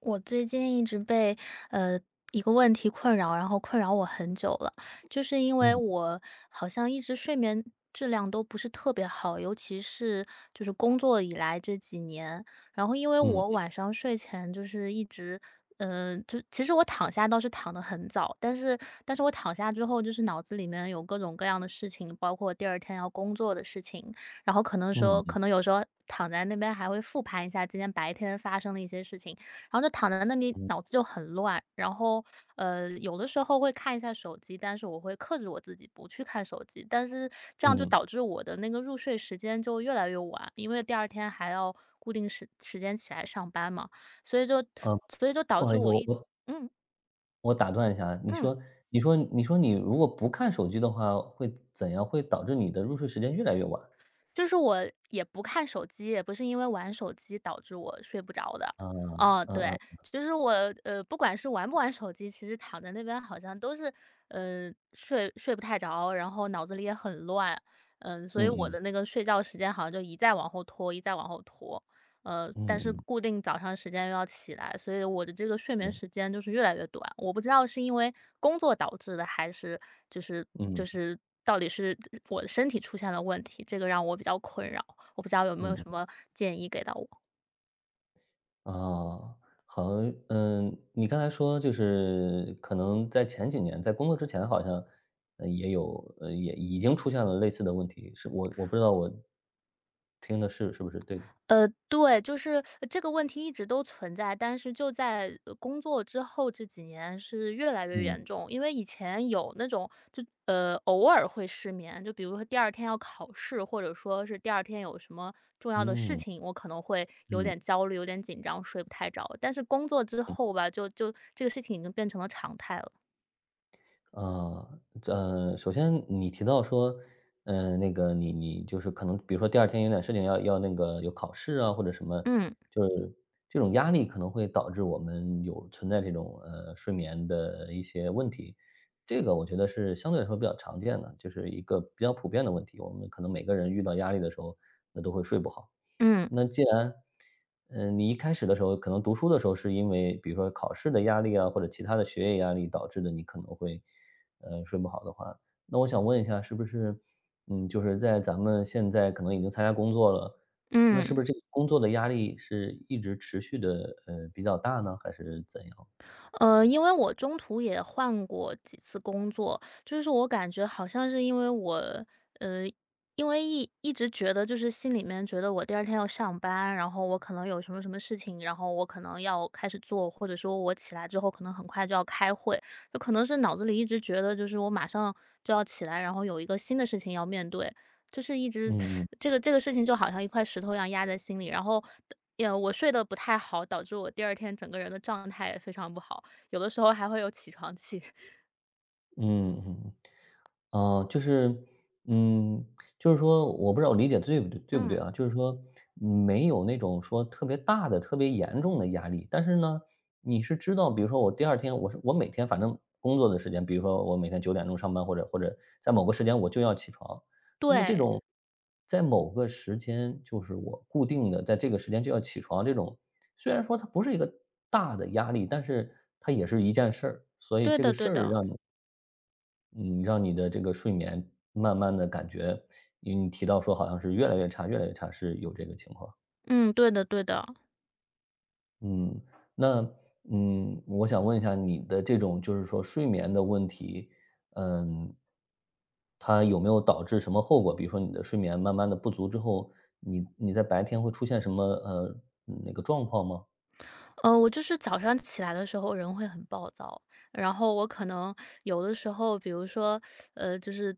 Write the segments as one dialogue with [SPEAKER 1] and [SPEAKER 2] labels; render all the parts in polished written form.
[SPEAKER 1] 我最近一直被呃一个问题困扰，然后困扰我很久了，就是因为
[SPEAKER 2] 嗯
[SPEAKER 1] 我好像一直睡眠质量都不是特别好，尤其是就是工作以来这几年，然后因为我
[SPEAKER 2] 嗯
[SPEAKER 1] 晚上睡前就是一直。就其实我躺下倒是躺得很早，但是我躺下之后，就是脑子里面有各种各样的事情，包括第二天要工作的事情，然后可
[SPEAKER 2] 嗯
[SPEAKER 1] 能有时候躺在那边还会复盘一下今天白天发生的一些事情，然后就躺在那里，脑
[SPEAKER 2] 嗯
[SPEAKER 1] 子就很乱。然后，有的时候会看一下手机，但是我会克制我自己不去看手机。但是这样就
[SPEAKER 2] 嗯。
[SPEAKER 1] 导致我的那个入睡时间就越来越晚，因为第二天还要固定时间起来上班嘛，所以就
[SPEAKER 2] 呃，
[SPEAKER 1] 所以就
[SPEAKER 2] 不
[SPEAKER 1] 导
[SPEAKER 2] 好
[SPEAKER 1] 致
[SPEAKER 2] 意思，
[SPEAKER 1] 我
[SPEAKER 2] 我我
[SPEAKER 1] 嗯
[SPEAKER 2] 我打断一下啊，你
[SPEAKER 1] 嗯。
[SPEAKER 2] 说你如果不看手机的话会怎样？会导致你的入睡时间越来越晚？
[SPEAKER 1] 就是我也不看手机，也不是因为玩手机导致我睡不着的。
[SPEAKER 2] 啊，
[SPEAKER 1] 哦，
[SPEAKER 2] 嗯
[SPEAKER 1] 对，
[SPEAKER 2] 嗯，
[SPEAKER 1] 就是我不管是玩不玩手机，其实躺在那边好像都是睡不太着，然后脑子里也很乱，所以我
[SPEAKER 2] 嗯
[SPEAKER 1] 的那个睡觉时间好像就一再往后拖，一再往后拖。但是
[SPEAKER 2] 嗯，
[SPEAKER 1] 固定早上时间又要起来，所以我的这个睡
[SPEAKER 2] 嗯
[SPEAKER 1] 眠
[SPEAKER 2] 嗯
[SPEAKER 1] 时间就是越来越短。我不知道是因为工作导致的，还是就是就
[SPEAKER 2] 嗯
[SPEAKER 1] 是到底是我的身体出现了问题，这个让我比较困扰。我不知道有没
[SPEAKER 2] 嗯
[SPEAKER 1] 有
[SPEAKER 2] 嗯。
[SPEAKER 1] 什么建议给到我。
[SPEAKER 2] 哦，好，嗯，你刚才说就是可能在前几年，在工作之前好像，也有，也已经出现了类似的问题，是，我不知道我听的是不是对的？
[SPEAKER 1] 对，就是这个问题一直都存在，但是就在工作之后这几年是越来越
[SPEAKER 2] 嗯，
[SPEAKER 1] 严重。因为以前有那种就偶尔会失眠，就比如说第二天要考试，或者说是第二天有什么重要的事
[SPEAKER 2] 嗯，
[SPEAKER 1] 情，我可能会有
[SPEAKER 2] 嗯。
[SPEAKER 1] 点焦虑、有点紧张，睡不太着。但是工作之后吧，就这个事情已经变成了常态了。
[SPEAKER 2] 啊，首先你提到说，呃，那个你，就是可能比如说第二天有点事情，要那个有考试啊，或者什么，
[SPEAKER 1] 嗯
[SPEAKER 2] 就是这种压力可能会导致我们有存在这种，呃，睡眠的一些问题。这个我觉得是相对来说比较常见的，就是一个比较普遍的问题，我们可能每个人遇到压力的时候，那都会睡不好。
[SPEAKER 1] 嗯
[SPEAKER 2] 那既然，嗯，你一开始的时候，可能读书的时候是因为比如说考试的压力啊，或者其他的学业压力导致的，你可能会，呃，睡不好的话，那我想问一下，是不是，嗯，就是在咱们现在可能已经参加工作了，那是
[SPEAKER 1] 嗯。
[SPEAKER 2] 不是这个工作的压力是一直持续的，呃，比较大呢，还是怎样？
[SPEAKER 1] 因为我中途也换过几次工作，就是我感觉好像是因为我，呃，因为一直觉得就是心里面觉得我第二天要上班，然后我可能有什么什么事情，然后我可能要开始做，或者说我起来之后可能很快就要开会，就可能是脑子里一直觉得就是我马上就要起来，然后有一个新的事情要面对，就是一直
[SPEAKER 2] 嗯
[SPEAKER 1] 这个事情就好像一块石头一样压在心里，然后。也我睡得不太好，导致我第二天整个人的状态也非常不好。有的时候还会有起床气。
[SPEAKER 2] 嗯嗯，哦，就是，嗯，就是说，我不知道我理解对不对，
[SPEAKER 1] 嗯。
[SPEAKER 2] 啊？就是说，没有那种说特别大的、特别严重的压力，但是呢，你是知道，比如说我第二天，我是我每天反正工作的时间，比如说我每天九点钟上班，或者在某个时间我就要起床，那么这
[SPEAKER 1] 对，
[SPEAKER 2] 种在某个时间，就是我固定的在这个时间就要起床，这种虽然说它不是一个大的压力，但是它也是一件事儿，所以
[SPEAKER 1] 对
[SPEAKER 2] 这个
[SPEAKER 1] 的
[SPEAKER 2] 事
[SPEAKER 1] 对
[SPEAKER 2] 儿
[SPEAKER 1] 的，
[SPEAKER 2] 让你，嗯，让你的这个睡眠慢慢的感觉因为你提到说好像是越来越差，是有这个情况。
[SPEAKER 1] 嗯，对的对的。
[SPEAKER 2] 嗯，那，嗯，我想问一下你的这种就是说睡眠的问题，嗯，它有没有导致什么后果？比如说你的睡眠慢慢的不足之后，你在白天会出现什么，呃，那个状况吗？
[SPEAKER 1] 我就是早上起来的时候人会很暴躁，然后我可能有的时候，比如说，就是，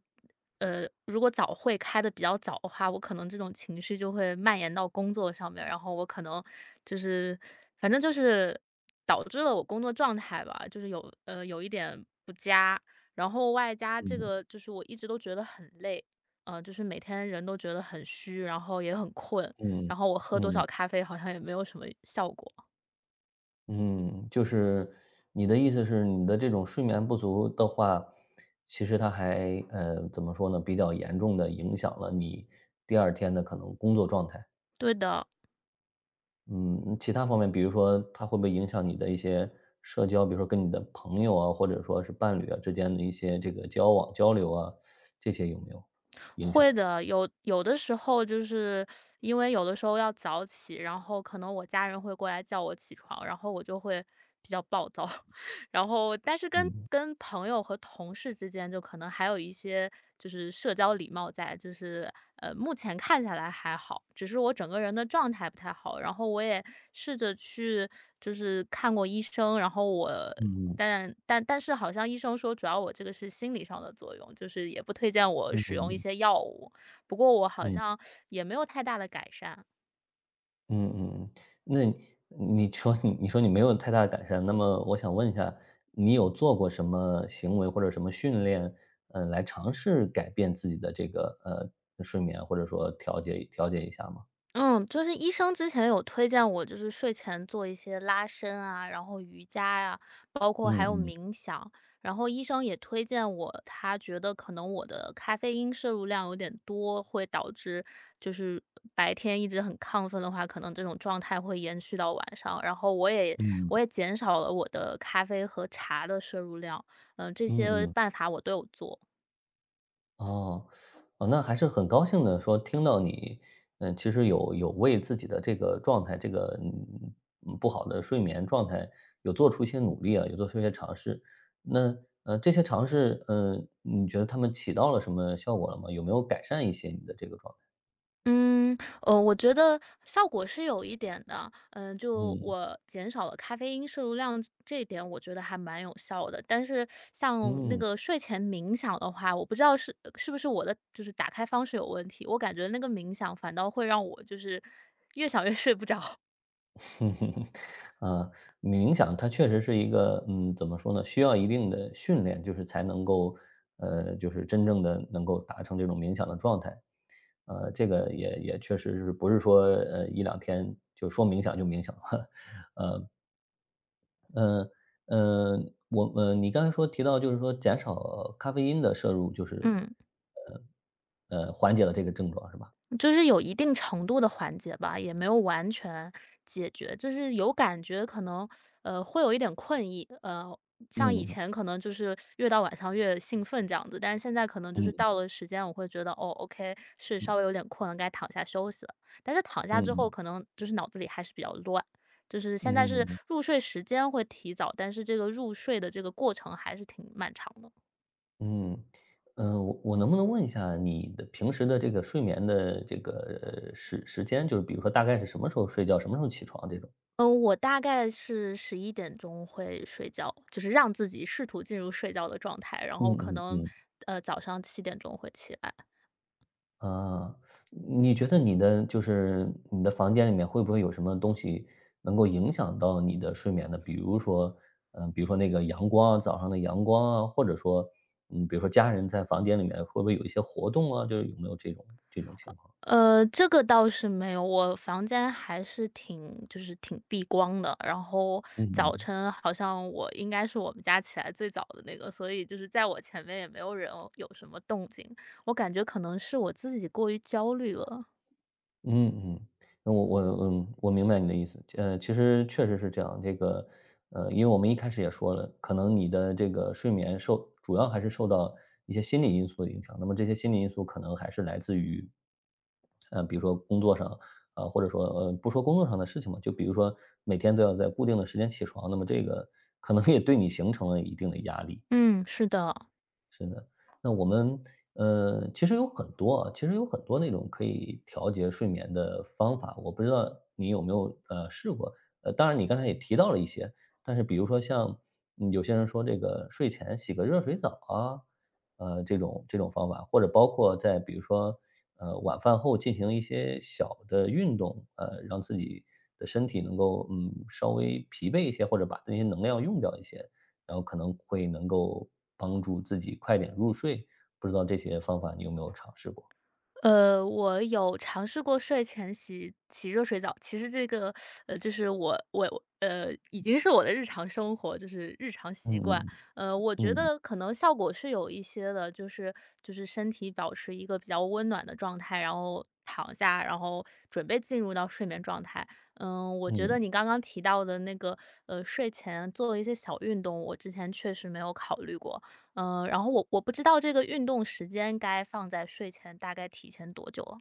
[SPEAKER 1] 如果早会开的比较早的话，我可能这种情绪就会蔓延到工作上面，然后我可能就是，反正就是导致了我工作状态吧，就是有一点不佳，然后外加这个就是我一直都觉得很累，就是每天人都觉得很虚，然后也很困，
[SPEAKER 2] 嗯，
[SPEAKER 1] 然后我喝多
[SPEAKER 2] 嗯。
[SPEAKER 1] 少咖啡好像也没有什么效果。
[SPEAKER 2] 嗯，就是你的意思是你的这种睡眠不足的话，其实它还，呃，怎么说呢，比较严重的影响了你第二天的可能工作状态。
[SPEAKER 1] 对的，
[SPEAKER 2] 嗯，其他方面，比如说它会不会影响你的一些社交，比如说跟你的朋友啊，或者说是伴侣啊之间的一些这个交往、交流啊，这些有没有影响？
[SPEAKER 1] 会的。有的时候就是因为有的时候要早起，然后可能我家人会过来叫我起床，然后我就会比较暴躁。然后但是跟朋友和同事之间，就可能还有一些就是社交礼貌在，就是目前看下来还好，只是我整个人的状态不太好。然后我也试着去就是看过医生，然后我
[SPEAKER 2] 嗯
[SPEAKER 1] 但是好像医生说主要我这个是心理上的作用，就是也不推荐我
[SPEAKER 2] 嗯
[SPEAKER 1] 使
[SPEAKER 2] 嗯。
[SPEAKER 1] 用一些
[SPEAKER 2] 嗯，
[SPEAKER 1] 药物，不过我好
[SPEAKER 2] 嗯。
[SPEAKER 1] 像也没有太大的改善。
[SPEAKER 2] 嗯嗯嗯，那，你说你没有太大的改善，那么我想问一下，你有做过什么行为或者什么训练，呃，来尝试改变自己的这个，呃，睡眠，或者说调节一下吗？
[SPEAKER 1] 嗯，就是医生之前有推荐我，就是睡前做一些拉伸啊，然后瑜伽呀、包括还
[SPEAKER 2] 嗯
[SPEAKER 1] 有
[SPEAKER 2] 嗯
[SPEAKER 1] 冥想。然后医生也推荐我，他觉得可能我的咖啡因摄入量有点多，会导致就是白天一直很亢奋的话，可能这种状态会延续到晚上。然后我也
[SPEAKER 2] 嗯
[SPEAKER 1] 我也减少了我的咖啡和茶的摄入量，这
[SPEAKER 2] 嗯嗯
[SPEAKER 1] 些
[SPEAKER 2] 嗯。
[SPEAKER 1] 办法我都有做。
[SPEAKER 2] 哦，哦，那还是很高兴的，说听到你，嗯，其实有为自己的这个状态，这个，嗯，不好的睡眠状态，有做出一些努力啊，有做出一些尝试。那，呃，这些尝试，嗯，你觉得他们起到了什么效果了吗？有没有改善一些你的这个状态？
[SPEAKER 1] 我觉得效果是有一点的，就
[SPEAKER 2] 嗯
[SPEAKER 1] 我减少了咖啡因摄入量这一点，我觉得还蛮有效的。但是像那
[SPEAKER 2] 嗯。
[SPEAKER 1] 个睡前冥想的话，我不知道是不是我的就是打开方式有问题，我感觉那个冥想反倒会让我就是越想越睡不着。
[SPEAKER 2] 哼哼哼，啊，冥想它确实是一个，嗯，怎么说呢，需要一定的训练，就是才能够，呃，就是真正的能够达成这种冥想的状态。呃，这个也也确实是不是说，呃一两天就说冥想就冥想了。嗯呃，呃，你刚才说提到就是说减少咖啡因的摄入，就 是，
[SPEAKER 1] 嗯。
[SPEAKER 2] 呃，缓解了这个症状是吧？
[SPEAKER 1] 就是有一定程度的缓解吧，也没有完全解决，就是有感觉可能，会有一点困意，像以
[SPEAKER 2] 嗯，
[SPEAKER 1] 前可能就是越到晚上越兴奋这样子，但是现在可能就是
[SPEAKER 2] 嗯，
[SPEAKER 1] 到了时间，我会觉得哦，OK，是稍微有点困了，该躺下休息了。但是躺下
[SPEAKER 2] 嗯
[SPEAKER 1] 之后，
[SPEAKER 2] 嗯
[SPEAKER 1] 可能就是脑子里还是比较乱，就是现在
[SPEAKER 2] 嗯，
[SPEAKER 1] 是
[SPEAKER 2] 嗯。
[SPEAKER 1] 入睡时间会提早，但是这个入睡的这个过程还是挺漫长的。
[SPEAKER 2] 嗯，呃，我我能不能问一下你的平时的这个睡眠的这个，时，间，就是比如说大概是什么时候睡觉，什么时候起床这种？
[SPEAKER 1] 我大概是11点钟会睡觉，就是让自己试图进入睡觉的状态，然
[SPEAKER 2] 嗯
[SPEAKER 1] 后可
[SPEAKER 2] 嗯
[SPEAKER 1] 能，
[SPEAKER 2] 嗯。
[SPEAKER 1] 早上7点钟会起来。
[SPEAKER 2] 啊，你觉得你的就是你的房间里面会不会有什么东西能够影响到你的睡眠呢？比如说，嗯，比如说那个阳光啊，早上的阳光啊，或者说，嗯，比如说家人在房间里面会不会有一些活动啊？就是有没有这种，情况？
[SPEAKER 1] 这个倒是没有，我房间还是挺就是挺避光的，然后
[SPEAKER 2] 嗯
[SPEAKER 1] 早
[SPEAKER 2] 嗯。
[SPEAKER 1] 晨好像我应该是我们家起来最早的那个，所以就是在我前面也没有人有什么动静，我感觉可能是我自己过于焦虑了。
[SPEAKER 2] 嗯嗯，那我，嗯，我明白你的意思。呃，其实确实是这样，因为我们一开始也说了，可能你的这个睡眠受主要还是受到一些心理因素的影响，那么这些心理因素可能还是来自于，呃，比如说工作上，呃，或者说不说工作上的事情嘛，就比如说每天都要在固定的时间起床，那么这个可能也对你形成了一定的压力。
[SPEAKER 1] 嗯，是的。
[SPEAKER 2] 那我们，呃，其实有很多啊，其实有很多那种可以调节睡眠的方法，我不知道你有没有，试过？呃，当然你刚才也提到了一些，但是比如说像，嗯，有些人说这个睡前洗个热水澡啊，这种这种方法，或者包括在比如说，晚饭后进行一些小的运动，呃让自己的身体能够，嗯，稍微疲惫一些，或者把那些能量用掉一些，然后可能会能够帮助自己快点入睡，不知道这些方法你有没有尝试过？
[SPEAKER 1] 我有尝试过睡前洗洗热水澡，其实这个，就是我已经是我的日常生活，就是日常
[SPEAKER 2] 嗯
[SPEAKER 1] 习惯。
[SPEAKER 2] 嗯
[SPEAKER 1] 我觉
[SPEAKER 2] 嗯
[SPEAKER 1] 得可能效果是有一些的，就是身体保持一个比较温暖的状态，然后躺下，然后准备进入到睡眠状态。我觉
[SPEAKER 2] 嗯，
[SPEAKER 1] 得你刚刚提到的那个，睡前做一些小运动，我之前确实没有考虑过。然后我不知道这个运动时间该放在睡前大概提前多久啊？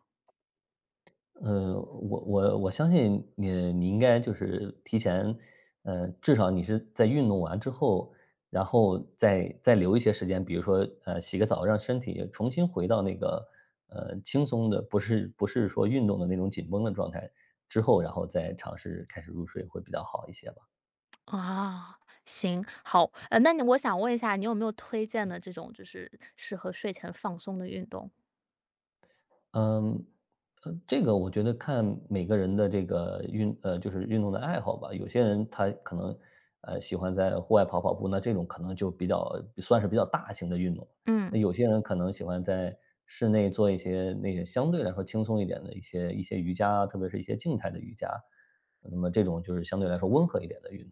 [SPEAKER 2] 我相信你，你应该就是提前，呃，至少你是在运动完之后，然后再留一些时间，比如说呃洗个澡，让身体重新回到那个，轻松的，不是说运动的那种紧绷的状态之后，然后再尝试开始入睡会比较好一些吧。
[SPEAKER 1] 啊，行，好，那我想问一下，你有没有推荐的这种就是适合睡前放松的运动？
[SPEAKER 2] 嗯，呃，这个我觉得看每个人的这个就是运动的爱好吧。有些人他可能，呃，喜欢在户外跑跑步，那这种可能就比较算是比较大型的运动。那
[SPEAKER 1] 嗯
[SPEAKER 2] 有些人可能喜欢在室内做一些那个相对来说轻松一点的一些瑜伽啊，特别是一些静态的瑜伽。那么这种就是相对来说温和一点的运动。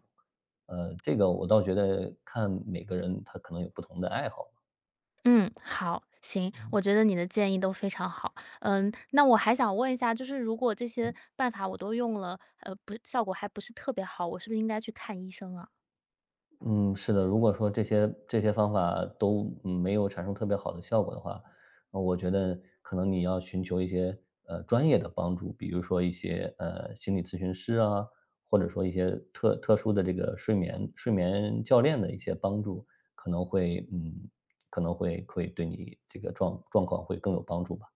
[SPEAKER 2] 呃，这个我倒觉得看每个人他可能有不同的爱好吧，
[SPEAKER 1] 嗯，好，行，
[SPEAKER 2] 嗯。
[SPEAKER 1] 我觉得你的建议都非常好。那我还想问一下，就是如果这些办法我都用了，不，效果还不是特别好，我是不是应该去看医生啊？
[SPEAKER 2] 嗯，是的，如果说这些方法都，没有产生特别好的效果的话，呃我觉得可能你要寻求一些，专业的帮助，比如说一些，心理咨询师啊，或者说一些特殊的这个睡眠教练的一些帮助，可能会嗯可能会，对你这个，状况会更有帮助吧。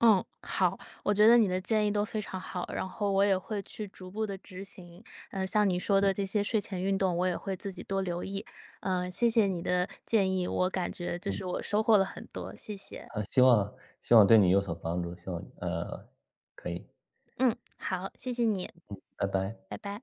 [SPEAKER 1] 嗯，好，我觉得你的建议都非常好，然后我也会去逐步的执行。像你说的这些睡前运动，我也会自己多留意。谢谢你的建议，我感觉就
[SPEAKER 2] 嗯，
[SPEAKER 1] 是我收获了很多，谢谢。
[SPEAKER 2] 啊，希望，希望对你有所帮助，希望，可以，
[SPEAKER 1] 嗯，好，谢谢你，
[SPEAKER 2] 拜拜。
[SPEAKER 1] 拜拜。